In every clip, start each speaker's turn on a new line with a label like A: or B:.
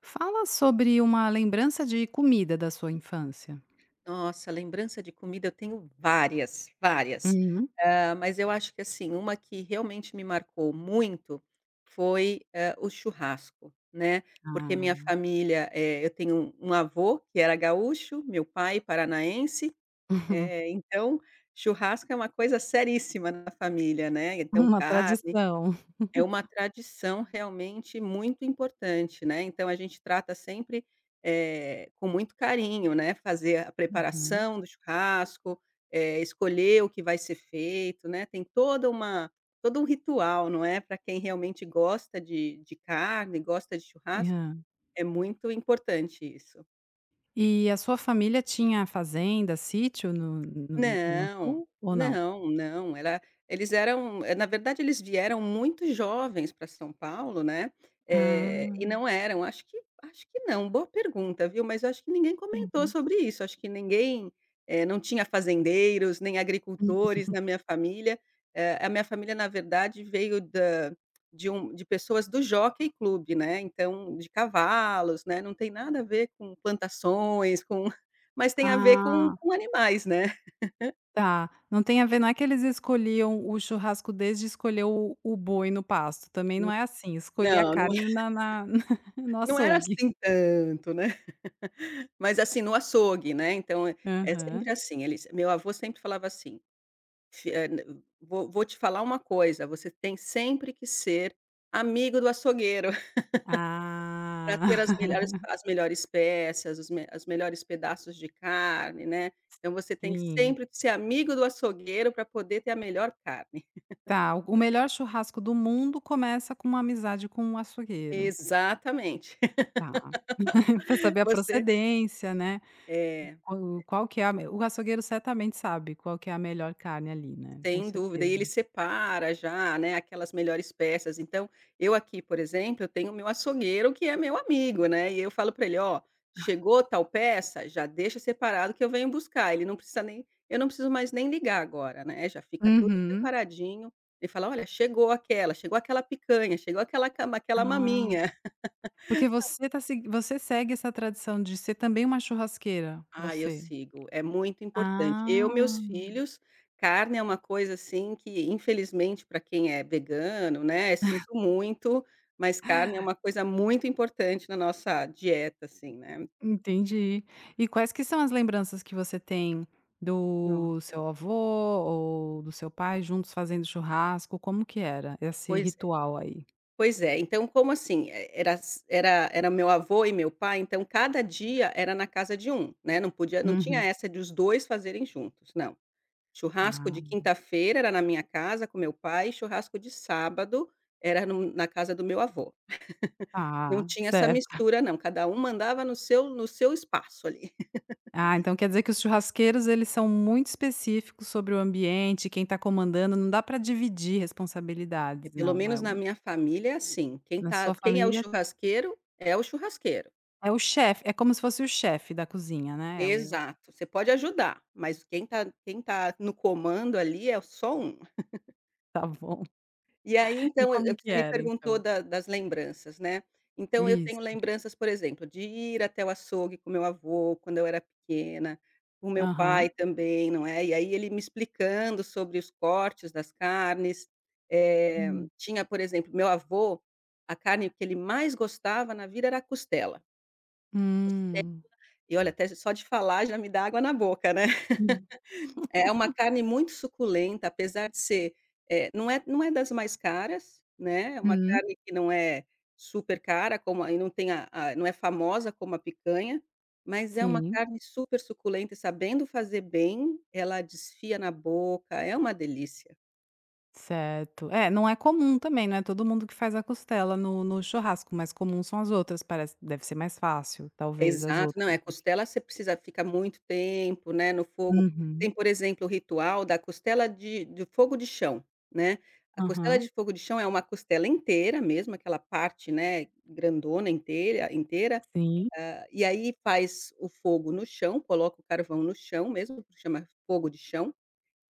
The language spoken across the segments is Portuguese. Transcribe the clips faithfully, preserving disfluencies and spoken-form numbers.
A: Fala sobre uma lembrança de comida da sua infância.
B: Nossa, lembrança de comida eu tenho várias, várias.
A: Uhum.
B: Hã, mas eu acho que, assim, uma que realmente me marcou muito foi, hã, o churrasco, né, porque minha
A: Ah,
B: família, eh, eu tenho um um avô que era gaúcho, meu pai paranaense,
A: uhum.
B: eh, então churrasco é uma coisa seríssima na família, né, então
A: Uma
B: carne
A: tradição.
B: é uma tradição realmente muito importante, né, então a gente trata sempre, eh, com muito carinho, né, fazer a
A: Uhum.
B: preparação do churrasco, eh, escolher o que vai ser feito, né, tem toda uma todo um ritual, não é. Para quem realmente gosta de de carne, gosta de churrasco,
A: Hã.
B: é muito importante isso.
A: E a sua família tinha fazenda, sítio no no no
B: Não,
A: sul ou não?
B: não, não, era eles eram, eh, na verdade eles vieram muito jovens para São Paulo, né, eh, e
A: Ah,
B: não eram, acho que acho que não, boa pergunta, viu, mas eu acho que ninguém comentou
A: uhum.
B: sobre isso, acho que ninguém, eh, não tinha fazendeiros, nem agricultores na minha família, eh, a minha família na verdade veio da de um de pessoas do Jockey Club, né, então de cavalos, né, não tem nada a ver com plantações, com mas tem a ver com
A: Ah,
B: com animais, né.
A: tá. Não tem a ver, não é que eles escolhiam o churrasco desde escolher o o boi no pasto, também não é assim, escolhi a
B: Não, não
A: carne na na no
B: não era
A: açougue.
B: assim tanto, né. Mas, assim, no açougue, né, então é é
A: Aham.
B: sempre assim, eles meu avô sempre falava assim: "Fi eh, n vou vou te falar uma coisa, você tem sempre que ser amigo do açougueiro pra ter
A: Ah,
B: as melhores as melhores peças, os me os melhores pedaços de carne, né. Então você tem que
A: sim.
B: sempre ser amigo do açougueiro pra poder ter a melhor carne".
A: Tá, o o melhor churrasco do mundo começa com uma amizade com um açougueiro.
B: Exatamente.
A: Tá. Para saber a
B: Você
A: procedência, né,
B: é.
A: qual qual que é a me o açougueiro certamente sabe qual que é a melhor carne ali, né, com
B: Sem dúvida, e ele
A: certeza.
B: separa já, né, aquelas melhores peças, então, eu aqui, por exemplo, eu tenho o meu açougueiro que é meu amigo, né, e eu falo para ele: "Ó, chegou tal peça, já deixa separado que eu venho buscar". Ele não precisa nem eu não preciso mais nem ligar agora, né, já fica tudo
A: Uhum.
B: separadinho, ele fala: "Olha, chegou aquela, chegou aquela picanha, chegou aquela cama aquela
A: Ah,
B: maminha".
A: porque você tá segui você segue essa tradição de ser também uma churrasqueira,
B: Ah, eu
A: você?
B: sigo, é muito importante. Eu, meus
A: Ah.
B: filhos carne é uma coisa, assim, que infelizmente para quem é vegano, né, sinto muito, mas carne é uma coisa muito importante na nossa dieta, assim, né.
A: Entendi. E quais que são as lembranças que você tem do
B: Nossa,
A: seu avô ou do seu pai juntos fazendo churrasco? Como que era esse
B: pois é,
A: ritual aí?
B: pois é. Então como assim, eh, era s era era meu avô e meu pai, então cada dia era na casa de um, né, não podia não tinha
A: Uhum.
B: essa de os dois fazerem juntos, não. Churrasco de
A: Ah,
B: quinta-feira era na minha casa com meu pai, churrasco de sábado era num na casa do meu avô. Não
A: tá,
B: tinha essa
A: certo.
B: mistura não, cada um mandava no seu no seu espaço ali.
A: Ah, então quer dizer que os churrasqueiros, eles são muito específicos sobre o ambiente, quem tá comandando, não dá pra dividir
B: E
A: responsabilidades,
B: pelo
A: não,
B: menos
A: é
B: na
A: o
B: minha família é assim, quem
A: na
B: tá
A: sua
B: quem é o
A: família
B: churrasqueiro, é o churrasqueiro.
A: é o chefe, é como se fosse o chefe da cozinha, né, é o
B: Exato, você pode ajudar, mas quem tá quem tá no comando ali é só um.
A: tá bom.
B: E aí
A: E
B: então, eu
A: como que
B: você me
A: era
B: perguntou
A: então?
B: da das lembranças, né. Então eu tenho
A: Isso.
B: lembranças, por exemplo, de ir até o açougue com meu avô quando eu era pequena, o meu pai
A: Aham.
B: também, não é. E aí ele me explicando sobre os cortes das carnes, eh, tinha, por exemplo, meu avô, a carne que ele mais gostava na vida era a costela.
A: Hum.
B: E olha, até só de falar já me dá água na boca, né.
A: Hum.
B: É uma carne muito suculenta, apesar de ser, eh, não é não é das mais caras, né, é uma
A: Uhum.
B: carne que não é super cara, como aí não tem a a não é famosa como a picanha, mas é uma
A: Sim,
B: carne super suculenta e sabendo fazer bem, ela desfia na boca, é uma delícia.
A: certo. É, não é comum também, não é todo mundo que faz a costela no no churrasco, mas comum são as outras, parece, deve ser mais fácil, talvez, as
B: Exato. Não,
A: outras
B: é
A: do que...
B: costela você precisa ficar muito tempo, né, no fogo. Tem,
A: Uhum.
B: por exemplo, o ritual da costela de de fogo de chão, né. A costela
A: Aham,
B: de fogo de chão é uma costela inteira mesmo, aquela parte, né, grandona inteira inteira,
A: sim.
B: hã, e aí faz o fogo no chão, coloca o carvão no chão mesmo, por isso chama fogo de chão,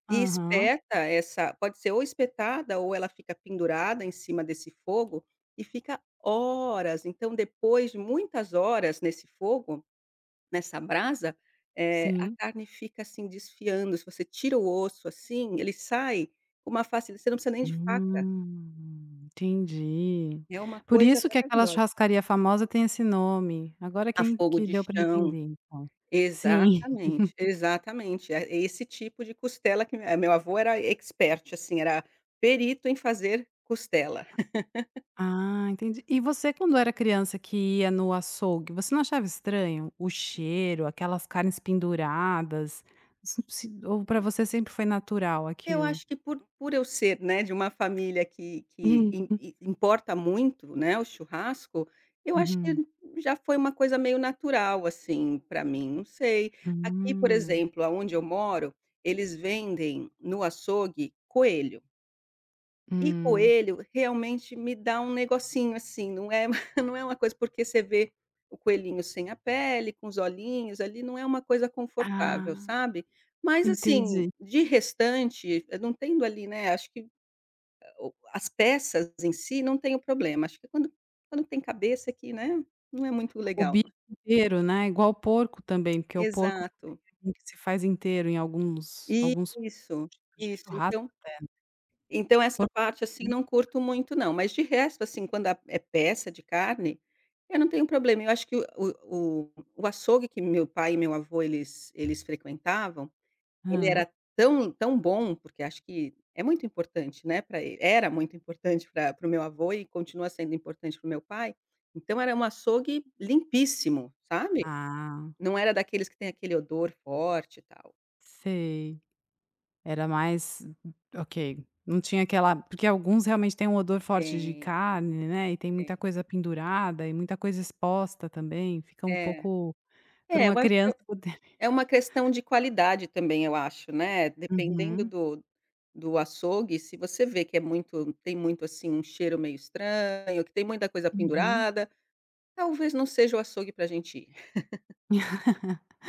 B: e
A: Aham,
B: espeta essa pode ser ou espetada ou ela fica pendurada em cima desse fogo e fica horas. Então, depois de muitas horas nesse fogo nessa brasa, eh, a
A: sim.
B: carne fica, assim, desfiando, se você tira o osso, assim, ele sai com uma facilidade você não precisa nem de faca,
A: Hum, entendi.
B: é uma
A: Por
B: coisa
A: isso que aquela
B: maravilhosa.
A: churrascaria famosa tem esse nome, agora que
B: A
A: eu en
B: fogo
A: que
B: de
A: deu para
B: chão.
A: entender, então. Sim.
B: Exatamente, exatamente, é é esse tipo de costela que me meu avô era expert, assim, era perito em fazer costela.
A: Ah, entendi. E você quando era criança que ia no açougue, você não achava estranho o cheiro, aquelas carnes penduradas? Se se ou para você sempre foi natural
B: Eu
A: aquilo?
B: acho que por por eu ser, né, de uma família que que im i- importa muito, né, o churrasco, eu
A: Hum.
B: acho que
A: Uhum.
B: já foi uma coisa meio natural, assim, para mim, não sei. Aqui, por
A: Hum.
B: exemplo, aonde eu moro, eles vendem no açougue coelho. E
A: Hum.
B: coelho realmente me dá um negocinho, assim, não é não é uma coisa porque você vê o coelhinho sem a pele, com os olhinhos ali, não é uma coisa confortável,
A: Ah,
B: sabe. Mas assim,
A: entendi.
B: de restante, eh, não tendo ali, né, acho que o as peças em si não tem o problema, acho que quando quando tem cabeça aqui né, não é muito
A: O
B: legal. Né?
A: bife inteiro, né, igual o porco também, porque o porco também
B: Exato.
A: é um que se faz inteiro em alguns alguns
B: Isso,
A: de
B: isso.
A: churrasco,
B: Então Então essa parte, assim,
A: né.
B: não curto muito não, mas de resto, assim, quando a é peça de carne, eu não tenho problema. Eu acho que o o o o açougue que meu pai e meu avô eles eles frequentavam, ele
A: Hã.
B: era tão tão bom, porque acho que é muito importante, né, para ele era muito importante pra para o meu avô e continua sendo importante para o meu pai. Então era um açougue limpíssimo, sabe.
A: Ah,
B: Não era daqueles que tem aquele odor forte e tal.
A: sei. Era mais... ok, não tinha aquela, porque alguns realmente têm um odor forte de
B: Tem,
A: carne, né, e tem
B: tem.
A: muita coisa pendurada e muita coisa exposta também, fica um
B: É.
A: pouco para
B: É,
A: uma
B: eu acho
A: criança poder...
B: é uma questão de qualidade também, eu acho, né, dependendo
A: Uhum,
B: do do açougue, se você vê que é muito tem muito, assim, um cheiro meio estranho, que tem muita coisa
A: uhum.
B: pendurada, talvez não seja o açougue para a gente ir,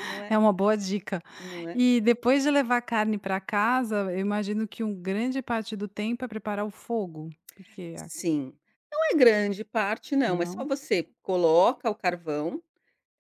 B: não é
A: É uma boa dica.
B: não é?
A: E depois de levar a carne para casa, eu imagino que um grande parte do tempo é preparar o fogo, porque a...
B: Sim. Não é grande parte não, é só
A: não?
B: você coloca o carvão.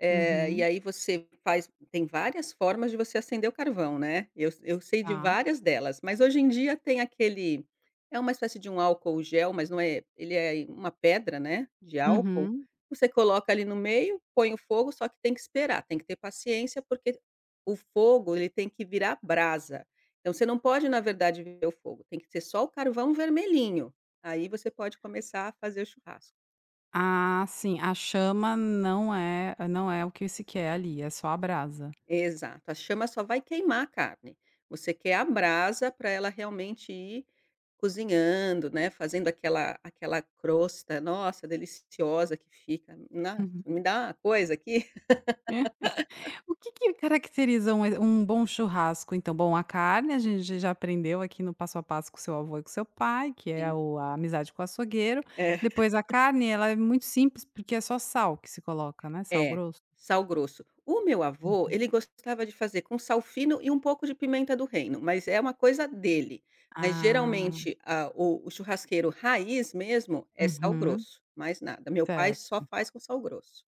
B: Eh, e
A: Uhum,
B: aí você faz tem várias formas de você acender o carvão, né. Eu eu sei de
A: tá.
B: várias delas, mas hoje em dia tem aquele é uma espécie de um álcool gel, mas não é ele é uma pedra, né, de álcool,
A: Uhum.
B: você coloca ali no meio, põe o fogo, só que tem que esperar, tem que ter paciência, porque o fogo ele tem que virar brasa. Então você não pode, na verdade, ver o fogo, tem que ser só o carvão vermelhinho, aí você pode começar a fazer o churrasco.
A: Ah, sim, a chama não é, não é o que se quer ali, é só a brasa.
B: Exato, a chama só vai queimar a carne. Você quer a brasa para ela realmente ir cozinhando, né, fazendo aquela aquela crosta, nossa, deliciosa que fica. Na me dá uma coisa aqui.
A: É. O que que caracteriza um um bom churrasco então? Bom, a carne a gente já aprendeu aqui no passo a passo com seu avô e com seu pai, que é
B: Sim.
A: o a amizade com o açougueiro.
B: É,
A: Depois a carne, ela é muito simples, porque é só sal que se coloca, né, sal
B: é,
A: grosso.
B: sal grosso. O meu avô, ele gostava de fazer com sal fino e um pouco de pimenta do reino, mas é uma coisa dele. Mas
A: Ah,
B: geralmente a o o churrasqueiro raiz mesmo é sal
A: uhum,
B: grosso, mais nada. Meu pai só
A: certo.
B: faz com sal grosso.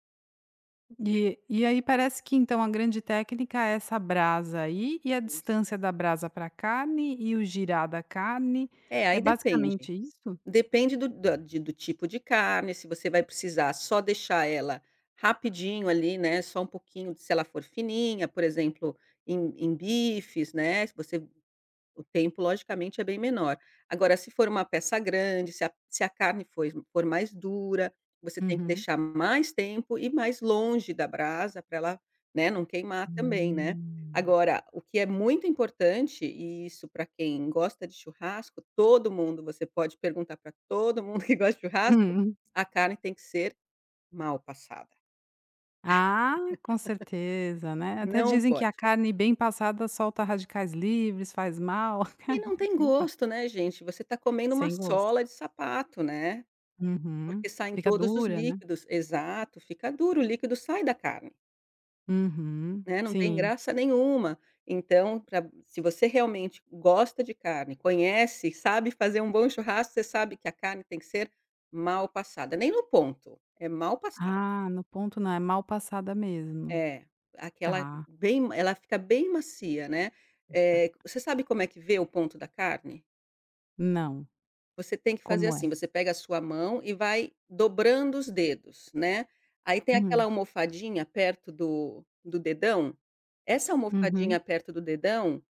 A: E e aí parece que então a grande técnica é essa brasa aí, e a
B: Isso.
A: distância da brasa para a carne e o girar da carne,
B: É,
A: é
B: aí depende.
A: basicamente isso?
B: Depende do da de do tipo de carne, se você vai precisar só deixar ela rapidinho ali, né, só um pouquinho, se ela for fininha, por exemplo, em em bifes, né, se você o tempo, logicamente, é bem menor. Agora, se for uma peça grande, se a se a carne foi for mais dura, você tem que
A: Uhum.
B: deixar mais tempo e mais longe da brasa para ela, né, não queimar também, né.
A: Hum.
B: Agora, o que é muito importante, e isso para quem gosta de churrasco, todo mundo, você pode perguntar para todo mundo que gosta de churrasco, a carne tem que ser mal passada.
A: Ah, com certeza, né. Até
B: Não
A: dizem que a
B: pode.
A: carne bem passada solta radicais livres, faz mal.
B: E não tem
A: Tem qua-,
B: gosto, né, gente, você está comendo uma
A: sem gosto.
B: sola de sapato, né.
A: Uhum.
B: Porque saem
A: Fica
B: todos os
A: dura, né.
B: líquidos. Exato, fica duro, o líquido sai da carne,
A: Uhum,
B: né, não tem
A: sim.
B: graça nenhuma. Então, pra se você realmente gosta de carne, conhece, sabe fazer um bom churrasco, você sabe que a carne tem que ser mal passada, nem no ponto, é mal passada.
A: Ah, no ponto não, é mal passada mesmo.
B: É, aquela
A: Tá.
B: bem ela fica bem macia, né. Eh, você sabe como é que vê o ponto da carne?
A: Não.
B: Você tem que fazer
A: Como é?
B: assim, você pega a sua mão e vai dobrando os dedos, né. Aí tem aquela
A: Hum.
B: almofadinha perto do do dedão, essa almofadinha
A: Uhum.
B: perto do dedão,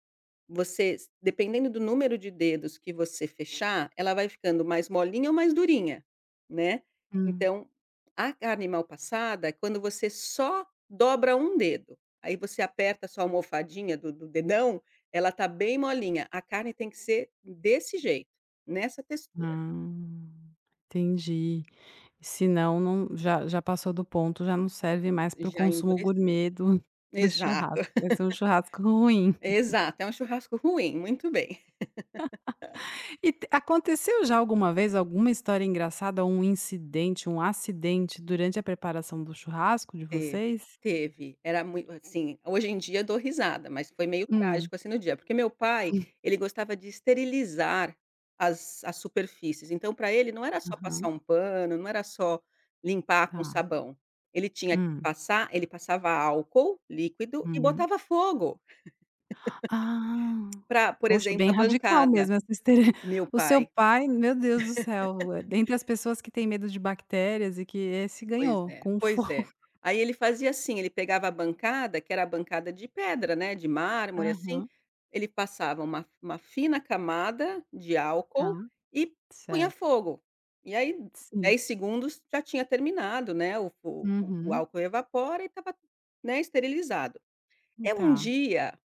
B: você dependendo do número de dedos que você fechar, ela vai ficando mais molinha ou mais durinha, né.
A: Hum.
B: Então, a carne mal passada é quando você só dobra um dedo, aí você aperta a sua almofadinha do do dedão, ela tá bem molinha, a carne tem que ser desse jeito, nessa textura.
A: Ah, entendi. Senão não não-, já já passou do ponto, já não serve mais para o
B: Já
A: consumo
B: endureceu.
A: gourmet do do
B: Exato,
A: churrasco. Vai ser um churrasco ruim.
B: exato, é um churrasco ruim, muito bem.
A: E t-, aconteceu já alguma vez alguma história engraçada ou um incidente, um acidente durante a preparação do churrasco de
B: Teve,
A: vocês?
B: teve, era muito assim, hoje em dia eu dou risada, mas foi meio
A: Hum.
B: trágico, assim, no dia, porque meu pai, ele gostava de esterilizar as as superfícies, então para ele não era só passar
A: Aham,
B: um pano, não era só limpar com
A: tá.
B: sabão, ele tinha que
A: Hum,
B: passar ele passava álcool líquido e
A: uhum.
B: botava fogo
A: Ah,
B: para por
A: poxa,
B: exemplo,
A: bem
B: a
A: radical
B: bancada,
A: mesmo essa história.
B: meu
A: O seu
B: pai.
A: pai, meu Deus do céu, eh, dentre as pessoas que têm medo de bactérias e que esse
B: Pois
A: ganhou
B: é,
A: com
B: pois
A: fogo.
B: é. Aí ele fazia assim, ele pegava a bancada, que era a bancada de pedra, né, de mármore, assim,
A: Aham,
B: ele passava uma uma fina camada de
A: tá,
B: álcool e punha
A: certo.
B: fogo. E aí
A: Sim.
B: dez segundos já tinha terminado, né, o o o
A: Uhum,
B: álcool evapora e estava, né, esterilizado. Eu um
A: tá.
B: dia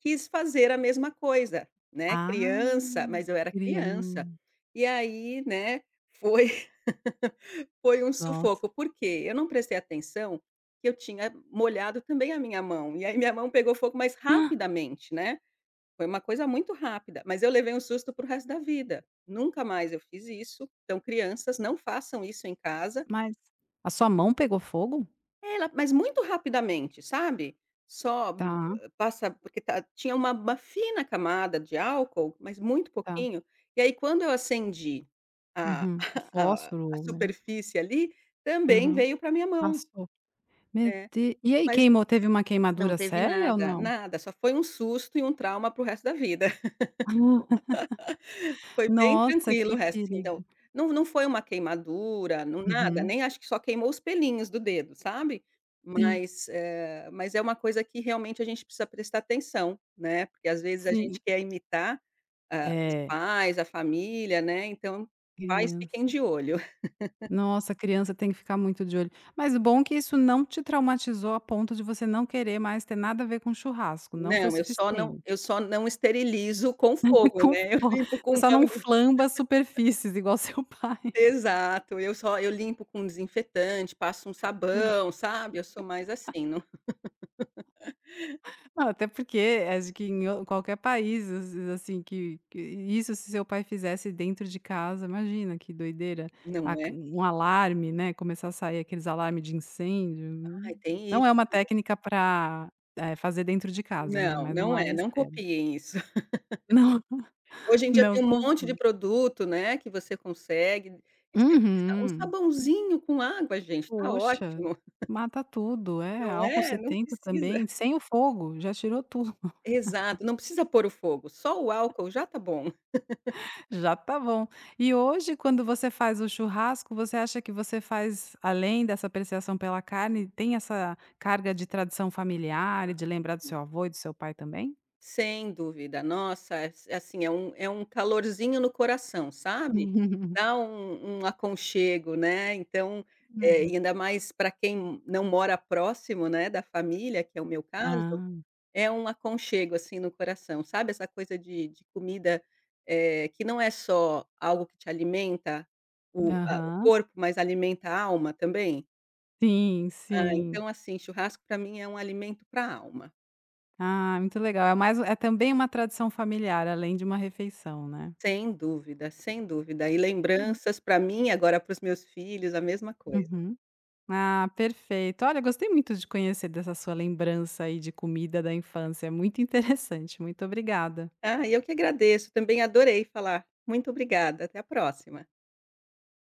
B: quis fazer a mesma coisa, né,
A: Ah,
B: criança, mas eu era
A: crian-,
B: criança. E aí, né, foi foi um sufoco, porque eu não prestei atenção que eu tinha molhado também a minha mão, e aí minha mão pegou fogo, mais rapidamente, né, foi uma coisa muito rápida, mas eu levei um susto para resto da vida. Nunca mais eu fiz isso, então crianças não façam isso em casa.
A: mas a sua mão pegou fogo?
B: Ela mas muito rapidamente, sabe, só
A: Tá,
B: hum, passa porque tá tinha uma uma fina camada de álcool, mas muito
A: tá.
B: pouquinho, e aí quando eu acendi a
A: Uhum. O
B: a
A: fósforo
B: a
A: ou o negócio.
B: superfície ali, também
A: Aham.
B: veio para minha mão.
A: Passou. Meu
B: É,
A: de-, e aí
B: mas
A: queimou, teve uma
B: não
A: queimadura
B: teve
A: séria ou
B: nada,
A: não?
B: nada, só foi um susto e um trauma para o resto da vida. Foi bem
A: Nossa,
B: tranquilo o
A: que
B: resto, assim, então,
A: perigo.
B: não não foi uma queimadura, não nada,
A: Uhum.
B: nem acho que só queimou os pelinhos do dedo, sabe. Mas, eh, mas é uma coisa que realmente a gente precisa prestar atenção, né, porque às vezes a gente
A: Sim.
B: quer imitar, hã, os
A: É,
B: pais, a família, né, então pais
A: criança.
B: fiquem de olho.
A: Nossa, criança tem que ficar muito de olho. Mas bom que isso não te traumatizou a ponto de você não querer mais ter nada a ver com churrasco, não foi
B: Não, eu só não
A: suficiente.
B: eu só não esterilizo com fogo,
A: Com fo-,
B: né, eu limpo com
A: você
B: um
A: só
B: pano.
A: não flamba as superfícies igual seu pai.
B: Exato, eu só eu limpo com desinfetante, passo um sabão, sabe, eu sou mais assim, não
A: Não, até porque acho que em o qualquer país, as assim, que que isso se seu pai fizesse dentro de casa, imagina que doideira. A
B: não é?
A: um alarme, né, começar a sair aqueles alarmes de incêndio. Hum.
B: Ai, tem
A: Não
B: isso.
A: é uma técnica para fazer dentro de casa, né,
B: Não,
A: mas
B: não
A: numa
B: é,
A: área
B: não
A: externa.
B: copiem isso.
A: Não,
B: Hoje em dia
A: não
B: tem um monte de
A: combina.
B: produto, né, que você consegue esterilizar. Um
A: Uhum.
B: sabãozinho com água, gente, tá
A: Poxa,
B: ótimo,
A: mata tudo. É,
B: não
A: álcool
B: é? Não
A: setenta
B: precisa.
A: também, sem o fogo, já tirou tudo.
B: Exato, não precisa pôr o fogo, só o álcool já tá bom.
A: Já tá bom. E hoje, quando você faz o churrasco, você acha que você faz, além dessa apreciação pela carne, tem essa carga de tradição familiar e de lembrar do seu avô e do seu pai também?
B: Sem dúvida. Nossa, é é assim, é um é um calorzinho no coração, sabe? Dá um um aconchego, né, então, eh, e
A: Uhum.
B: ainda mais para quem não mora próximo, né, da família, que é o meu caso,
A: Ah,
B: é um aconchego, assim, no coração, sabe essa coisa de de comida, eh, que não é só algo que te alimenta o a o
A: aham.
B: corpo, mas alimenta a alma também?
A: Sim,
B: Ah,
A: sim.
B: então, assim, churrasco para mim é um alimento pra alma.
A: Ah, muito legal. É, mais é também uma tradição familiar, além de uma refeição, né?
B: Sem dúvida, sem dúvida. E
A: Hum.
B: lembranças para mim, agora para os meus filhos, a mesma coisa.
A: Uhum. Ah, perfeito. Olha, gostei muito de conhecer dessa sua lembrança aí de comida da infância. É muito interessante. Muito obrigada.
B: Ah, e eu que agradeço, também adorei falar. Muito obrigada, até a próxima.